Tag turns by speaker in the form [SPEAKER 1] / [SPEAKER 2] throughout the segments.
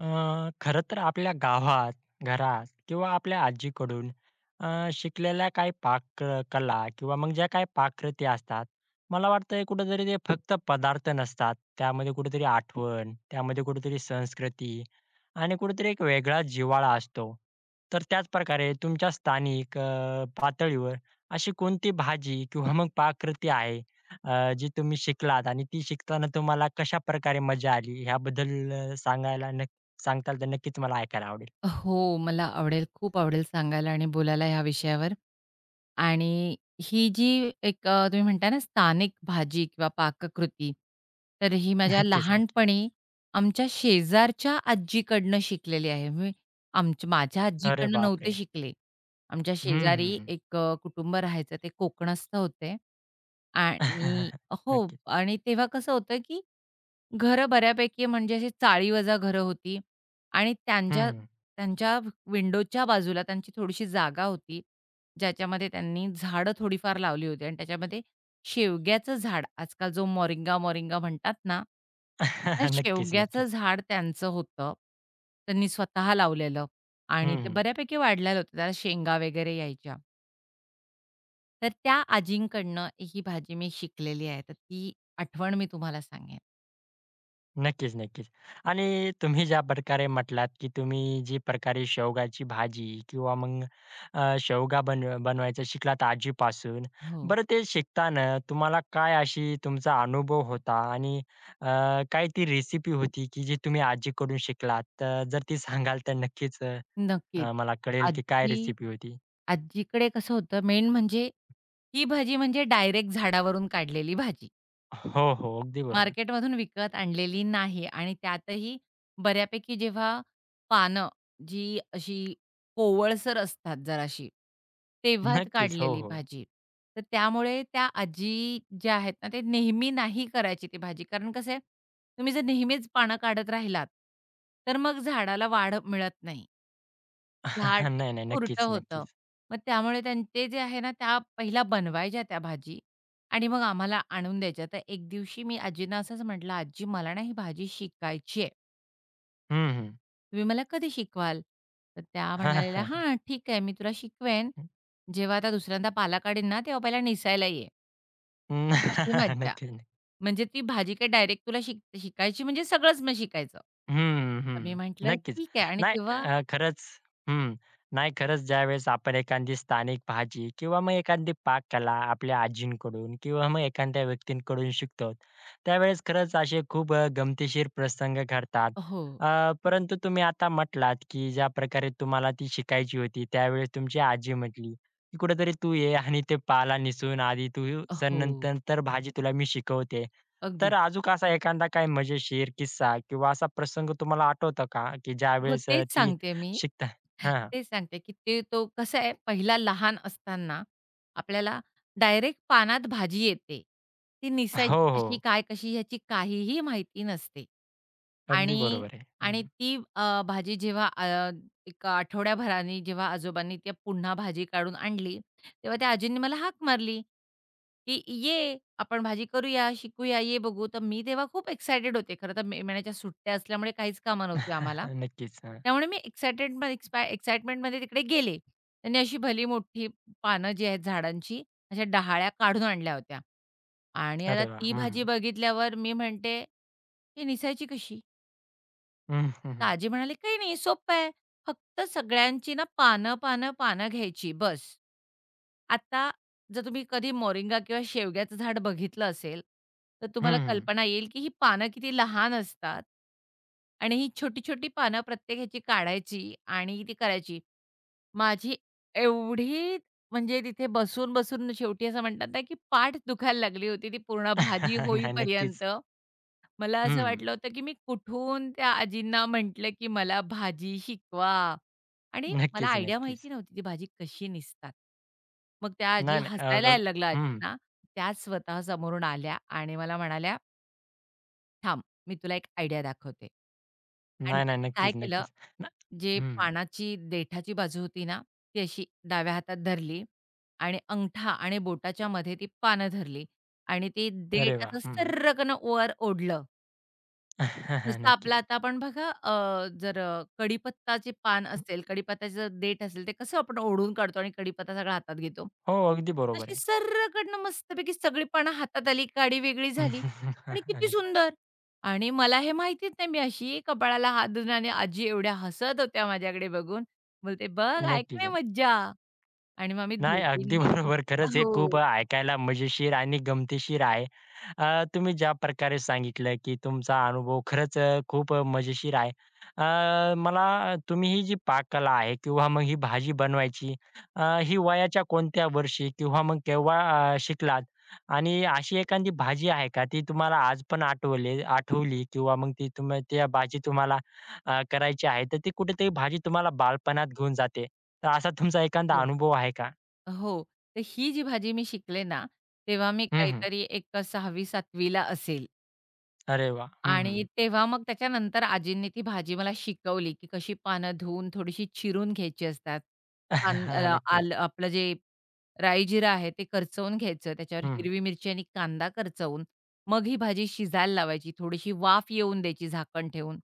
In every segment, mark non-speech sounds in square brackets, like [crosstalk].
[SPEAKER 1] अ, खरं तर आपल्या गावात, घरात किंवा आपल्या आजीकडून शिकलेल्या काही पाककला किंवा मग ज्या काही पाककृती असतात, मला वाटतंय कुठेतरी ते फक्त पदार्थ नसतात. त्यामध्ये कुठेतरी आठवण, त्यामध्ये कुठेतरी संस्कृती आणि कुठेतरी एक वेगळा जिव्हाळा असतो. तर त्याच प्रकारे तुमच्या स्थानिक पातळीवर अशी कोणती भाजी किंवा मग पाककृती आहे जी तुम्ही शिकलात आणि ती शिकताना तुम्हाला कशाप्रकारे मजा आली? ह्याबद्दल सांगायला सांगताल तर नक्कीच मला ऐकायला आवडेल.
[SPEAKER 2] हो, मला आवडेल, खूप आवडेल सांगायला आणि बोलायला ह्या विषयावर. आणि ही जी एक तुम्ही म्हणताय ना स्थानिक भाजी किंवा पाककृती, तर ही
[SPEAKER 1] [laughs]
[SPEAKER 2] माझ्या
[SPEAKER 1] नक्कीच, नक्कीच.
[SPEAKER 2] लहानपणी आमच्या शेजारच्या आजीकडनं शिकलेली आहे. मी आमच्या माझ्या
[SPEAKER 1] अरे
[SPEAKER 2] आजीकडनं नव्हते
[SPEAKER 1] बापरे!
[SPEAKER 2] शिकले. आमच्या
[SPEAKER 1] हं, हं,
[SPEAKER 2] शेजारी
[SPEAKER 1] हं.
[SPEAKER 2] एक कुटुंब राहायचं ते कोकणस्थ होते आणि
[SPEAKER 1] [laughs]
[SPEAKER 2] हो
[SPEAKER 1] नक्कीच.
[SPEAKER 2] आणि तेव्हा कसं होतं, की घरं बऱ्यापैकी म्हणजे अशी चाळी वजा घरं होती आणि त्यांच्या
[SPEAKER 1] हं.
[SPEAKER 2] त्यांच्या विंडोच्या बाजूला त्यांची थोडीशी जागा होती, ज्याच्यामध्ये त्यांनी झाडं थोडीफार लावली होती आणि त्याच्यामध्ये शेवग्याचं झाड, आजकाल जो मोरिंगा-मोरिंगा म्हणतात ना, त्या
[SPEAKER 1] [laughs] नक्कीच,
[SPEAKER 2] शेवग्याचं
[SPEAKER 1] नक्कीच.
[SPEAKER 2] झाड त्यांचं होतं. त्यांनी स्वतः लावलेलं आणि ते
[SPEAKER 1] हं,
[SPEAKER 2] बऱ्यापैकी वाढलेलं होतं. त्याला शेंगा वगैरे यायच्या. तर त्या आजींकडनं ही भाजी मी शिकलेली आहे. तर ती आठवण मी तुम्हाला सांगेन.
[SPEAKER 1] नक्कीच, नक्कीच. आणि तुम्ही ज्या प्रकारे म्हटलात, की तुम्ही जी प्रकारे शेवगाची भाजी किंवा मग शेवगा बनवायचं शिकलात आजीपासून.
[SPEAKER 2] हो.
[SPEAKER 1] बरं ते शिकताना तुम्हाला काय अशी तुमचा अनुभव होता आणि अ, काय ती रेसिपी होती, की जी तुम्ही आजीकडून शिकलात? तर जर ती सांगाल तर नक्कीच
[SPEAKER 2] नक्कीच.
[SPEAKER 1] मला कळेल की काय
[SPEAKER 2] आजी
[SPEAKER 1] रेसिपी होती.
[SPEAKER 2] आजीकडे कसं होतं मेन म्हणजे ही भाजी म्हणजे डायरेक्ट झाडावरून काढलेली भाजी.
[SPEAKER 1] हो, हो. अगदी बरोबर.
[SPEAKER 2] मार्केटमधून विकत आणलेली नाही आणि त्यातही बऱ्यापैकी जेव्हा पानं जी अशी कोवळसर असतात जराशी, तेव्हाच
[SPEAKER 1] नक्कीच. हो,
[SPEAKER 2] काढलेली
[SPEAKER 1] हो.
[SPEAKER 2] भाजी. तर त्यामुळे त्या आजी ज्या आहेत ना, ते नेहमी नाही करायची ती भाजी. कारण कसं आहे, तुम्ही जर नेहमीच पानं काढत राहिलात, तर मग झाडाला वाढ मिळत नाही. झाड
[SPEAKER 1] [laughs]
[SPEAKER 2] एक
[SPEAKER 1] नाही, नाही.
[SPEAKER 2] खुरटं
[SPEAKER 1] नक्कीच,
[SPEAKER 2] होतं.
[SPEAKER 1] नक्कीच.
[SPEAKER 2] मग त्यामुळे ते जे आहे ना, त्या पहिला बनवायच्या त्या भाजी आणि मग आम्हाला आणून द्यायच्या. तर एक दिवशी मी आजींना असंच म्हटलं, "आजी मला ना ही भाजी शिकायची आहे.
[SPEAKER 1] हं, हं.
[SPEAKER 2] तुम्ही मला कधी शिकवाल?" तर त्या
[SPEAKER 1] [laughs] हां, हां,
[SPEAKER 2] म्हणालेल्या,
[SPEAKER 1] हां.
[SPEAKER 2] "हां, ठीक आहे. मी तुला शिकवेन.
[SPEAKER 1] नक्कीच,
[SPEAKER 2] जेव्हा आता दुसऱ्यांदा पाला काढीन ना, तेव्हा पहिला निसायला ये." अशी
[SPEAKER 1] [laughs]
[SPEAKER 2] मज्जा.
[SPEAKER 1] नक्कीच.
[SPEAKER 2] म्हणजे ती भाजी काय डायरेक्ट तुला शिकायची म्हणजे सगळंच मग शिकायचं.
[SPEAKER 1] हं,
[SPEAKER 2] तर मी
[SPEAKER 1] हं.
[SPEAKER 2] म्हटलं,
[SPEAKER 1] नक्कीच.
[SPEAKER 2] "ठीक आहे." आणि
[SPEAKER 1] नाही
[SPEAKER 2] तेव्हा
[SPEAKER 1] खरंच हं. नाही खरंच ज्यावेळेस आपण एखादी स्थानिक भाजी किंवा मग एखादी पाककला आपल्या आजींकडून किंवा मग एखाद्या व्यक्तींकडून शिकतो, त्यावेळेस खरंच असे खूप गमतीशीर प्रसंग घडतात.
[SPEAKER 2] हो,
[SPEAKER 1] अ, परंतु तुम्ही आता म्हटलात, की ज्या प्रकारे तुम्हाला ती शिकायची होती, त्यावेळेस तुमची आजी म्हटली, की "कुठेतरी तू ये आणि ते पाला निसून आधी तू सन
[SPEAKER 2] हो.
[SPEAKER 1] नंतर तर भाजी तुला मी शिकवते." तर
[SPEAKER 2] अगदीच.
[SPEAKER 1] अजून असा एखादा काही मजेशीर किस्सा किंवा असा प्रसंग तुम्हाला आठवतो का, की
[SPEAKER 2] हो,
[SPEAKER 1] ज्यावेळेस
[SPEAKER 2] तेच
[SPEAKER 1] ती
[SPEAKER 2] सांगते मी.
[SPEAKER 1] शिकता हां.
[SPEAKER 2] तेच सांगते, की तो कसं आहे पहिला लहान असताना आपल्याला डायरेक्ट पानात भाजी येते. ती निसायची
[SPEAKER 1] हो,
[SPEAKER 2] कशी,
[SPEAKER 1] हो.
[SPEAKER 2] काय कशी ह्याची काहीही माहिती नसते.
[SPEAKER 1] अगदी
[SPEAKER 2] आणि
[SPEAKER 1] बरोबर आहे. हं.
[SPEAKER 2] आणि ती भाजी जेव्हा एक आठवड्याभराने जेव्हा आजोबांनी त्या पुन्हा भाजी काढून आणली तेव्हा त्या आजींनी मला हाक मारली, की "ये, आपण भाजी करूया, शिकूया, ये बघू." तर मी तेव्हा खूप एक्सायटेड होते. खरं तर मे महिन्याच्या सुट्ट्या असल्यामुळे काहीच कामं नव्हती
[SPEAKER 1] [laughs]
[SPEAKER 2] आम्हाला.
[SPEAKER 1] नक्कीच. हां.
[SPEAKER 2] त्यामुळे मी एक्सायटेडमध्ये एक्सपा एक्साइटमेंटमध्ये तिकडे गेले. त्यांनी अशी भली-मोठी पानं जी आहेत झाडांची, अशा डहाळ्या काढून आणल्या होत्या आणि आता
[SPEAKER 1] अरे वाह!
[SPEAKER 2] ती
[SPEAKER 1] हं,
[SPEAKER 2] भाजी
[SPEAKER 1] हं.
[SPEAKER 2] बघितल्यावर मी म्हणते, "ही निसायची कशी?"
[SPEAKER 1] हं, हं,
[SPEAKER 2] तर
[SPEAKER 1] हं.
[SPEAKER 2] आजी म्हणाली, "काही नाही सोपं आहे. फक्त सगळ्यांची ना पानं, पानं, पानं घ्यायची बस." आता जर तुम्ही कधी मोरिंगा किंवा शेवग्याचं झाड बघितलं असेल, तर तुम्हाला
[SPEAKER 1] हं, हं.
[SPEAKER 2] कल्पना येईल, की ही पानं किती लहान असतात आणि ही छोटी-छोटी पानं प्रत्येक ह्याची काढायची आणि ती करायची. माझी एवढी म्हणजे तिथे बसून-बसून शेवटी असं म्हणतात ना, की पाठ दुखायला लागली होती ती पूर्ण भाजी
[SPEAKER 1] [laughs] नाही नक्कीच.
[SPEAKER 2] होईपर्यंत. मला
[SPEAKER 1] हं,
[SPEAKER 2] असं
[SPEAKER 1] हं.
[SPEAKER 2] वाटलं होतं, की मी कुठून त्या आजींना म्हटलं, की मला भाजी शिकवा आणि मला
[SPEAKER 1] नक्कीच,
[SPEAKER 2] आयडिया
[SPEAKER 1] नक्कीच.
[SPEAKER 2] माहिती नव्हती ती भाजी कशी निसतात. मग त्या आजी
[SPEAKER 1] नाही, नाही. अ,
[SPEAKER 2] हसायला यायला लागल्या
[SPEAKER 1] अ, हं.
[SPEAKER 2] आजींना. त्या स्वतः समोरून आल्या आणि मला म्हणाल्या, "थांब, मी तुला एक आयडिया दाखवते." आणि
[SPEAKER 1] नाही, नाही.
[SPEAKER 2] त्यांनी
[SPEAKER 1] नक्कीच,
[SPEAKER 2] काय केलं,
[SPEAKER 1] नक्कीच. न
[SPEAKER 2] जे
[SPEAKER 1] हं.
[SPEAKER 2] पानाची देठाची बाजू होती ना, ती अशी डाव्या हातात धरली आणि अंगठा आणि बोटाच्या मध्ये ती पानं धरली आणि ते
[SPEAKER 1] अरे
[SPEAKER 2] देठ
[SPEAKER 1] वाह!
[SPEAKER 2] असं
[SPEAKER 1] हं, हं.
[SPEAKER 2] सर्रकन वर ओढलं.
[SPEAKER 1] [laughs]
[SPEAKER 2] जसं आपलं
[SPEAKER 1] नक्कीच.
[SPEAKER 2] आता आपण बघा जर कढीपत्ताचे पान असेल, कढीपत्त्याचं जर देठ असेल, ते कसं आपण ओढून काढतो आणि कढीपत्ता सगळा हातात घेतो.
[SPEAKER 1] हो, अगदी बरोबर
[SPEAKER 2] तशी
[SPEAKER 1] आहे.
[SPEAKER 2] सर्रकडनं मस्तपैकी सगळी पानं हातात आली, काडी वेगळी झाली
[SPEAKER 1] [laughs]
[SPEAKER 2] आणि किती
[SPEAKER 1] नक्की
[SPEAKER 2] सुंदर. आणि मला हे माहितीच नाही. मी अशी कपाळाला हात धरून आणि आजी एवढ्या हसत होत्या माझ्याकडे बघून. बोलते, "बघ आहे की
[SPEAKER 1] नक्कीच.
[SPEAKER 2] नाही मज्जा." आणि मग आम्ही
[SPEAKER 1] नाही, अगदी
[SPEAKER 2] दोघींनी
[SPEAKER 1] बरोबर. खरंच हे खूप
[SPEAKER 2] हो,
[SPEAKER 1] ऐकायला मजेशीर आणि गमतीशीर आहे. तुम्ही ज्या प्रकारे सांगितलं, की तुमचा अनुभव खरंच खूप मजेशीर आहे. मला तुम्ही ही जी पाककला आहे किंवा मग ही भाजी बनवायची, ही वयाच्या कोणत्या वर्षी किंवा मग केव्हा शिकलात? आणि अशी एखादी भाजी आहे का, ती तुम्हाला आज पण आठवली आठवली किंवा मग ती तुम्ही त्या भाजी तुम्हाला करायची आहे, तर ती कुठेतरी भाजी तुम्हाला बालपणात घेऊन जाते. तर असा तुमचा एखादा अनुभव आहे का?
[SPEAKER 2] हो, हो. तर ही जी भाजी मी शिकले ना, तेव्हा मी
[SPEAKER 1] हं, हं.
[SPEAKER 2] काहीतरी एक 6वी 7वी असेल.
[SPEAKER 1] अरे वाह! हं, हं.
[SPEAKER 2] आणि तेव्हा मग त्याच्यानंतर आजींनी ती भाजी मला शिकवली, की कशी पानं धुवून थोडीशी चिरून घ्यायची असतात.
[SPEAKER 1] [laughs] नक्कीच.
[SPEAKER 2] आलं आपलं जे राई जिरं आहे ते करचवून घ्यायचं, त्याच्यावर
[SPEAKER 1] हं, हं.
[SPEAKER 2] हिरवी मिरची आणि कांदा करचवून, मग ही भाजी शिजायला लावायची. थोडीशी वाफ येऊन द्यायची झाकण ठेवून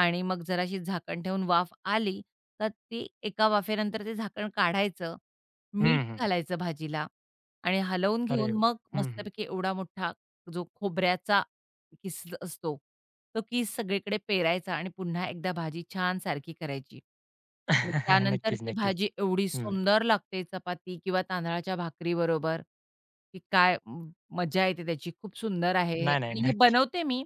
[SPEAKER 2] आणि मग जराशी झाकण ठेवून वाफ आली, तर ती एका वाफेनंतर ते झाकण काढायचं,
[SPEAKER 1] हं,
[SPEAKER 2] मीठ
[SPEAKER 1] हं.
[SPEAKER 2] घालायचं भाजीला आणि हलवून
[SPEAKER 1] अरे
[SPEAKER 2] घेऊन मग
[SPEAKER 1] वाह! हं, हं.
[SPEAKER 2] मस्तपैकी एवढा मोठा जो खोबऱ्याचा किस असतो. तो किस सगळीकडे पेरायचा आणि पुन्हा एकदा भाजी छान सारखी करायची. आणि हं.
[SPEAKER 1] [laughs]
[SPEAKER 2] त्यानंतर
[SPEAKER 1] नक्कीच,
[SPEAKER 2] ती
[SPEAKER 1] नक्कीच.
[SPEAKER 2] भाजी एवढी
[SPEAKER 1] हं.
[SPEAKER 2] सुंदर लागते चपाती किंवा तांदळाच्या भाकरीबरोबर, की काय म मजा येते त्याची. खूप सुंदर आहे हे
[SPEAKER 1] नाही, नाही.
[SPEAKER 2] आणि हे
[SPEAKER 1] नक्की.
[SPEAKER 2] बनवते मी.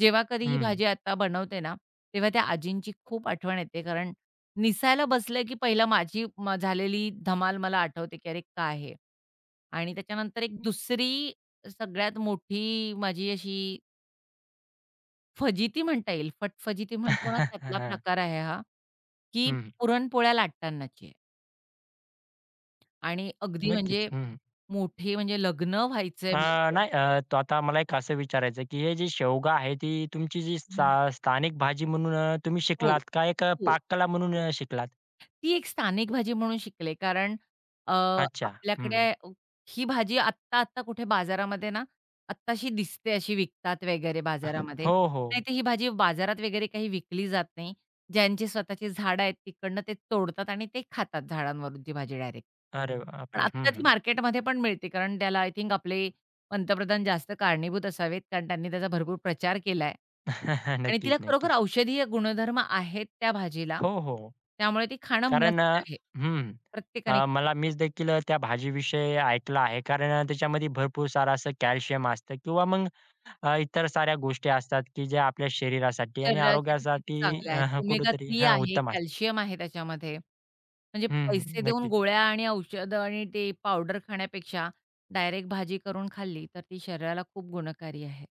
[SPEAKER 2] जेव्हा कधी
[SPEAKER 1] हं,
[SPEAKER 2] ही
[SPEAKER 1] हं.
[SPEAKER 2] भाजी आता बनवते ना, तेव्हा त्या आजींची खूप आठवण येते. कारण निसायला बसलं की पहिलं माझी झालेली धमाल मला आठवते, की "अरे काय हे?" आणि त्याच्यानंतर एक दुसरी सगळ्यात मोठी माझी अशी फजिती म्हणता येईल. फटफजिती म्हणतो ना
[SPEAKER 1] [laughs]
[SPEAKER 2] त्यातला
[SPEAKER 1] हां.
[SPEAKER 2] प्रकार आहे हा, की
[SPEAKER 1] हं.
[SPEAKER 2] पुरणपोळ्या लाटतानाची आहे आणि अगदी
[SPEAKER 1] नक्कीच.
[SPEAKER 2] म्हणजे
[SPEAKER 1] हं. हं.
[SPEAKER 2] मोठी म्हणजे लग्न व्हायचंय माझं.
[SPEAKER 1] नाही तो आता मला एक असं विचारायचं आहे, की हे जी शेवगा आहे, ती तुमची जी स्था
[SPEAKER 2] हं.
[SPEAKER 1] स्थानिक भाजी म्हणून तुम्ही
[SPEAKER 2] हो,
[SPEAKER 1] शिकलात का एक
[SPEAKER 2] हो.
[SPEAKER 1] पाककला म्हणून शिकलात?
[SPEAKER 2] ती एक स्थानिक भाजी म्हणून शिकले कारण
[SPEAKER 1] अच्छा. हं.
[SPEAKER 2] आपल्याकडे ही भाजी आत्ता-आत्ता कुठे बाजारामध्ये ना, आत्ताशी दिसते अशी विकतात वगैरे
[SPEAKER 1] [laughs]
[SPEAKER 2] बाजारामध्ये.
[SPEAKER 1] हो, हो.
[SPEAKER 2] नाहीतर ही भाजी बाजारात वगैरे काही विकली जात नाही. ज्यांची स्वतःची झाडं आहेत तिकडनं ते तोडतात आणि ते खातात झाडांवरून ती भाजी डायरेक्ट.
[SPEAKER 1] अरे
[SPEAKER 2] पण
[SPEAKER 1] बापरे! हं,
[SPEAKER 2] आत्ता ती
[SPEAKER 1] हं.
[SPEAKER 2] मार्केटमध्ये पण मिळते कारण त्याला आय थिंक आपले पंतप्रधान जास्त कारणीभूत असावेत, कारण त्यांनी त्याचा भरपूर प्रचार केलाय
[SPEAKER 1] [laughs]
[SPEAKER 2] आणि तिला
[SPEAKER 1] नक्कीच,
[SPEAKER 2] खरोखर
[SPEAKER 1] नक्कीच.
[SPEAKER 2] औषधीय गुणधर्म आहेत त्या भाजीला.
[SPEAKER 1] हो, हो.
[SPEAKER 2] त्यामुळे ती खाणं
[SPEAKER 1] कारण
[SPEAKER 2] मस्ट आहे.
[SPEAKER 1] हं.
[SPEAKER 2] प्रत्येकाने खाणं.
[SPEAKER 1] मला मीच देखील त्या भाजीविषयी ऐकलं आहे. कारण त्याच्यामध्ये भरपूर सारं असं कॅल्शियम असतं किंवा मग इतर साऱ्या गोष्टी असतात, की ज्या आपल्या शरीरासाठी आणि
[SPEAKER 2] शरीरासाठी खूप
[SPEAKER 1] आरोग्यासाठी
[SPEAKER 2] चांगल्या आहेत.
[SPEAKER 1] कुठेतरी
[SPEAKER 2] ओमेगा-3
[SPEAKER 1] हां,
[SPEAKER 2] आहे,
[SPEAKER 1] उत्तम असतात.
[SPEAKER 2] कॅल्शियम आहे त्याच्यामध्ये. म्हणजे
[SPEAKER 1] हं, हं.
[SPEAKER 2] पैसे देऊन
[SPEAKER 1] नक्कीच.
[SPEAKER 2] गोळ्या आणि औषधं आणि ते पावडर खाण्यापेक्षा डायरेक्ट भाजी करून खाल्ली, तर ती शरीराला खूप गुणकारी आहे.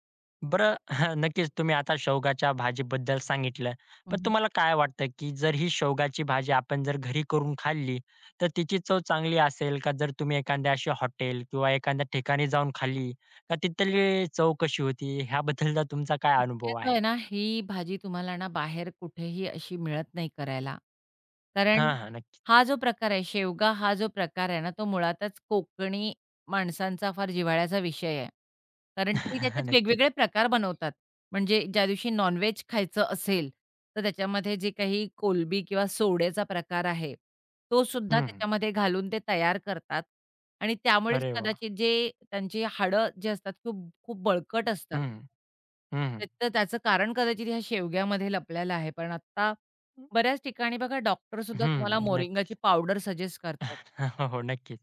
[SPEAKER 1] बरं [laughs] नक्कीच तुम्ही आता शेवगाच्या भाजीबद्दल सांगितलं. पण तुम्हाला काय वाटतं, की जर ही शेवगाची भाजी आपण जर घरी करून खाल्ली, तर तिची चव चांगली असेल का जर तुम्ही एखाद्या अशी हॉटेल किंवा एखाद्या ठिकाणी जाऊन खाल्ली, का तिथली चव कशी होती? ह्याबद्दलचा तुमचा काय अनुभव
[SPEAKER 2] शक्यतो
[SPEAKER 1] आहे?
[SPEAKER 2] आहे ना, ही भाजी तुम्हाला ना बाहेर कुठेही अशी मिळत नाही करायला. कारण
[SPEAKER 1] हां, हां. नक्कीच.
[SPEAKER 2] हा जो प्रकार आहे, शेवगा हा जो प्रकार आहे ना, तो मुळातच कोकणी माणसांचा फार जिव्हाळ्याचा विषय आहे. कारण ते
[SPEAKER 1] [laughs]
[SPEAKER 2] त्याच्यात
[SPEAKER 1] नक्कीच.
[SPEAKER 2] वेगवेगळे प्रकार बनवतात. म्हणजे ज्या दिवशी नॉन खायचं असेल, तर त्याच्यामध्ये जे काही कोलंबी किंवा सोड्याचा प्रकार आहे तो सुद्धा
[SPEAKER 1] हं,
[SPEAKER 2] त्याच्यामध्ये घालून ते तयार करतात आणि त्यामुळेच
[SPEAKER 1] अरे वाह!
[SPEAKER 2] कदाचित जे त्यांची हाडं जे असतात खूप खूप बळकट असतात.
[SPEAKER 1] हं, हं. हं,
[SPEAKER 2] तर तर त्याचं कारण कदाचित ह्या शेवग्यामध्ये लपलेलं आहे. पण आत्ता बऱ्याच ठिकाणी बघा डॉक्टर सुद्धा तुम्हाला मोरिंगाची
[SPEAKER 1] नक्कीच.
[SPEAKER 2] पावडर सजेस्ट करतात.
[SPEAKER 1] [laughs] हो, हो. नक्कीच.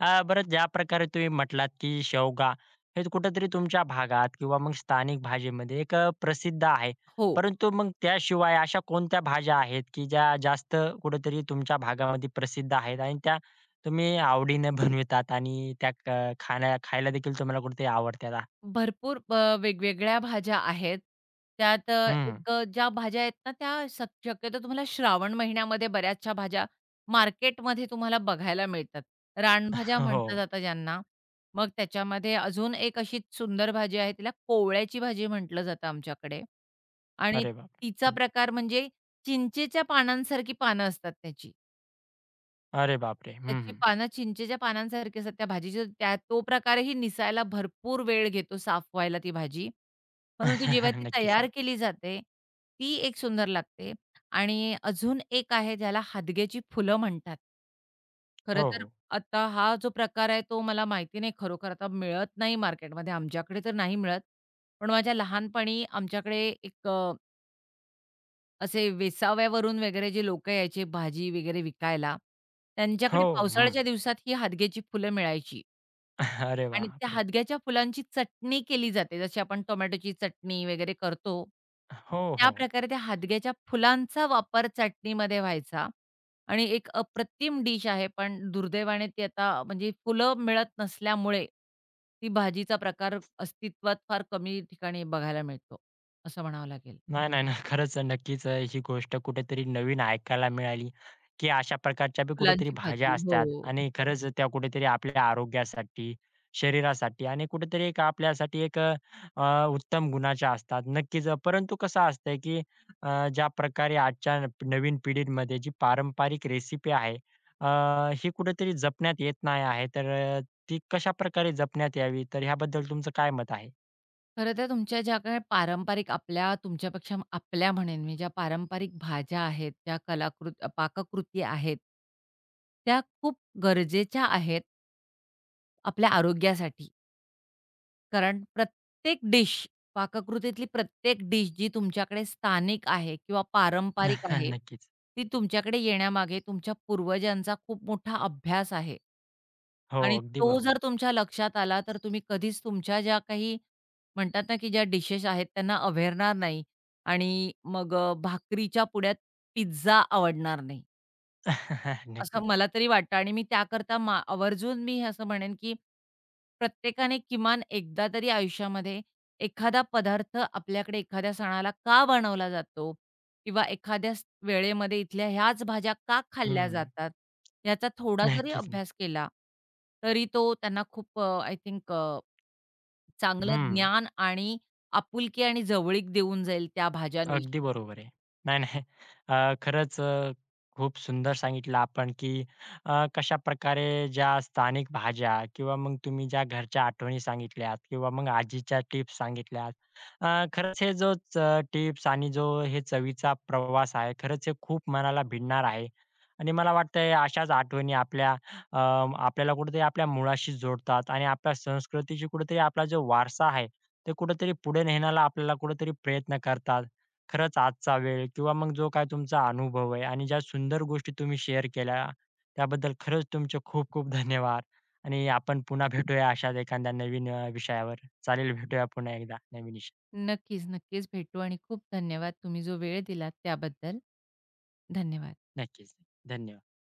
[SPEAKER 1] बरं ज्या प्रकारे तुम्ही म्हटलात, की शेवगा हे कुठेतरी तुमच्या भागात किंवा मग स्थानिक भाषेमध्ये एक प्रसिद्ध आहे.
[SPEAKER 2] हो.
[SPEAKER 1] परंतु मग त्याशिवाय अशा कोणत्या भाज्या आहेत, की ज्या जास्त कुठेतरी तुमच्या भागामध्ये प्रसिद्ध आहेत आणि त्या तुम्ही आवडीने बनवितात आणि त्या क खाण्या खायला देखील तुम्हाला कुठेतरी आवडतात?
[SPEAKER 2] भरपूर वेगवेगळ्या भाज्या आहेत. त्यात
[SPEAKER 1] हं.
[SPEAKER 2] एक ज्या भाज्या आहेत ना, त्या शक्यतो तुम्हाला श्रावण महिन्यामध्ये बऱ्याचशा भाज्या मार्केटमध्ये तुम्हाला बघायला मिळतात. रानभाज्या म्हटलं
[SPEAKER 1] हो.
[SPEAKER 2] जातं ज्यांना. मग त्याच्यामध्ये अजून एक अशी सुंदर भाजी आहे, तिला कोवळ्याची भाजी म्हटलं जातं आमच्याकडे आणि
[SPEAKER 1] अरे बाप!
[SPEAKER 2] तिचा
[SPEAKER 1] हं.
[SPEAKER 2] प्रकार म्हणजे चिंचेच्या पानांसारखी पानं असतात त्याची.
[SPEAKER 1] अरे बापरे! हं,
[SPEAKER 2] त्याची
[SPEAKER 1] हं.
[SPEAKER 2] पानं चिंचेच्या पानांसारखी असतात त्या भाजीची, तो प्रकारही निसायला भरपूर वेळ घेतो साफ व्हायला ती भाजी. परंतु जेव्हा
[SPEAKER 1] [laughs]
[SPEAKER 2] ती
[SPEAKER 1] नक्कीच
[SPEAKER 2] तयार
[SPEAKER 1] नाही.
[SPEAKER 2] केली जाते, ती एक सुंदर लागते आणि अजून एक आहे ज्याला हादग्याची फुलं म्हणतात. खरं
[SPEAKER 1] हो,
[SPEAKER 2] तर
[SPEAKER 1] हो.
[SPEAKER 2] आता हा जो प्रकार आहे तो मला माहिती नाही खरोखर आता मिळत नाही मार्केटमध्ये, आमच्याकडे तर नाही मिळत. पण माझ्या लहानपणी आमच्याकडे एक असे वेसाव्यावरून वगैरे जे लोकं यायचे भाजी वगैरे विकायला,
[SPEAKER 1] हो.
[SPEAKER 2] त्यांच्याकडे
[SPEAKER 1] हं.
[SPEAKER 2] पावसाळ्याच्या दिवसात ही हादग्याची फुलं मिळायची
[SPEAKER 1] [laughs] अरे
[SPEAKER 2] आणि त्या
[SPEAKER 1] बापरे!
[SPEAKER 2] हादग्याच्या फुलांची चटणी केली जाते. जशी आपण टोमॅटोची चटणी वगैरे करतो,
[SPEAKER 1] हो, हो.
[SPEAKER 2] त्याप्रकारे त्या हादग्याच्या फुलांचा वापर चटणीमध्ये व्हायचा आणि एक अप्रतिम डिश आहे. पण दुर्दैवाने ती आता म्हणजे फुलं मिळत नसल्यामुळे ती भाजीचा प्रकार अस्तित्वात फार कमी ठिकाणी बघायला मिळतो, असं म्हणावं लागेल.
[SPEAKER 1] नाही, नाही, नाही. खरंच नक्कीच ही गोष्ट कुठेतरी नवीन ऐकायला मिळाली, की अशा प्रकारच्या बी कुठेतरी
[SPEAKER 2] फुलांची
[SPEAKER 1] भाज्या
[SPEAKER 2] भाजी. हो.
[SPEAKER 1] असतात आणि खरंच त्या कुठेतरी आपल्या आरोग्यासाठी, शरीरासाठी आणि कुठेतरी एक आपल्यासाठी एक अ, अ, उत्तम गुणाच्या असतात. नक्कीच. परंतु कसं असतंय, की ज्या प्रकारे आजच्या नवीन पिढीमध्ये जी पारंपरिक रेसिपी आहे, ही कुठेतरी जपण्यात येत नाही आहे. तर ती कशाप्रकारे जपण्यात यावी, तर ह्याबद्दल तुमचं काय मत आहे?
[SPEAKER 2] खरं तर तुमच्या ज्या काही पारंपरिक आपल्या म्हणेन मी ज्या पारंपरिक भाज्या आहेत, ज्या पाककृती आहेत, त्या खूप गरजेच्या आहेत आपल्या आरोग्यासाठी. कारण प्रत्येक डिश, पाककृतीतली प्रत्येक डिश जी तुमच्याकडे स्थानिक आहे किंवा पारंपरिक
[SPEAKER 1] [laughs]
[SPEAKER 2] आहे,
[SPEAKER 1] नक्कीच.
[SPEAKER 2] ती तुमच्याकडे येण्यामागे तुमच्या पूर्वजांचा खूप मोठा अभ्यास आहे.
[SPEAKER 1] हो,
[SPEAKER 2] आणि
[SPEAKER 1] अगदी
[SPEAKER 2] तो
[SPEAKER 1] बरोबर
[SPEAKER 2] जर
[SPEAKER 1] आहे.
[SPEAKER 2] तुमच्या लक्षात आला, तर तुम्ही कधीच तुमच्या ज्या काही म्हणतात ना, की ज्या डिशेस आहेत त्यांना अव्हेरणार नाही आणि मग भाकरीच्या पुढ्यात पिझ्झा आवडणार नाही.
[SPEAKER 1] [laughs]
[SPEAKER 2] असं
[SPEAKER 1] नक्कीच.
[SPEAKER 2] मला तरी वाटतं आणि मी त्याकरता आवर्जून मी असं म्हणेन, की प्रत्येकाने किमान एकदा तरी आयुष्यामध्ये एखादा पदार्थ आपल्याकडे एखाद्या सणाला का बनवला जातो? किंवा एखाद्याच वेळेमध्ये इथल्या ह्याच भाज्या का खाल्ल्या
[SPEAKER 1] हं.
[SPEAKER 2] जातात? याचा थोडा जरी
[SPEAKER 1] नक्कीच नाही.
[SPEAKER 2] अभ्यास केला, तरी तो त्यांना खूप आय थिंक चांगलं
[SPEAKER 1] हं.
[SPEAKER 2] ज्ञान आणि आपुलकी आणि जवळीक देऊन जाईल त्या भाज्यांविषयी.
[SPEAKER 1] अगदी बरोबर आहे. नाही, नाही. खरंच खूप सुंदर सांगितलं आपण, की कशाप्रकारे ज्या स्थानिक भाज्या किंवा मग तुम्ही ज्या घरच्या आठवणी सांगितल्यात किंवा मग आजीच्या टिप्स सांगितल्यात. खरंच हे जो च टिप्स आणि जो हे चवीचा प्रवास आहे, खरंच हे खूप मनाला भिडणार आहे. आणि मला वाटतंय अशाच आठवणी आपल्या आपल्याला कुठेतरी आपल्या मुळाशी जोडतात आणि आपल्या संस्कृतीची कुठेतरी आपला जो वारसा आहे, ते कुठेतरी पुढे नेण्याला आपल्याला कुठेतरी प्रयत्न करतात. खरंच आजचा वेळ किंवा मग जो काय तुमचा अनुभव आहे आणि ज्या सुंदर गोष्टी तुम्ही शेअर केल्या त्याबद्दल खरंच तुमचे खूप खूप धन्यवाद आणि आपण पुन्हा भेटूया अशाच एखाद्या नवीन विषयावर. चालेल भेटूया पुन्हा एकदा नवीन विषय.
[SPEAKER 2] नक्कीच, नक्कीच भेटू आणि खूप धन्यवाद तुम्ही जो वेळ दिलात त्याबद्दल. धन्यवाद.
[SPEAKER 1] नक्कीच. धन्यवाद.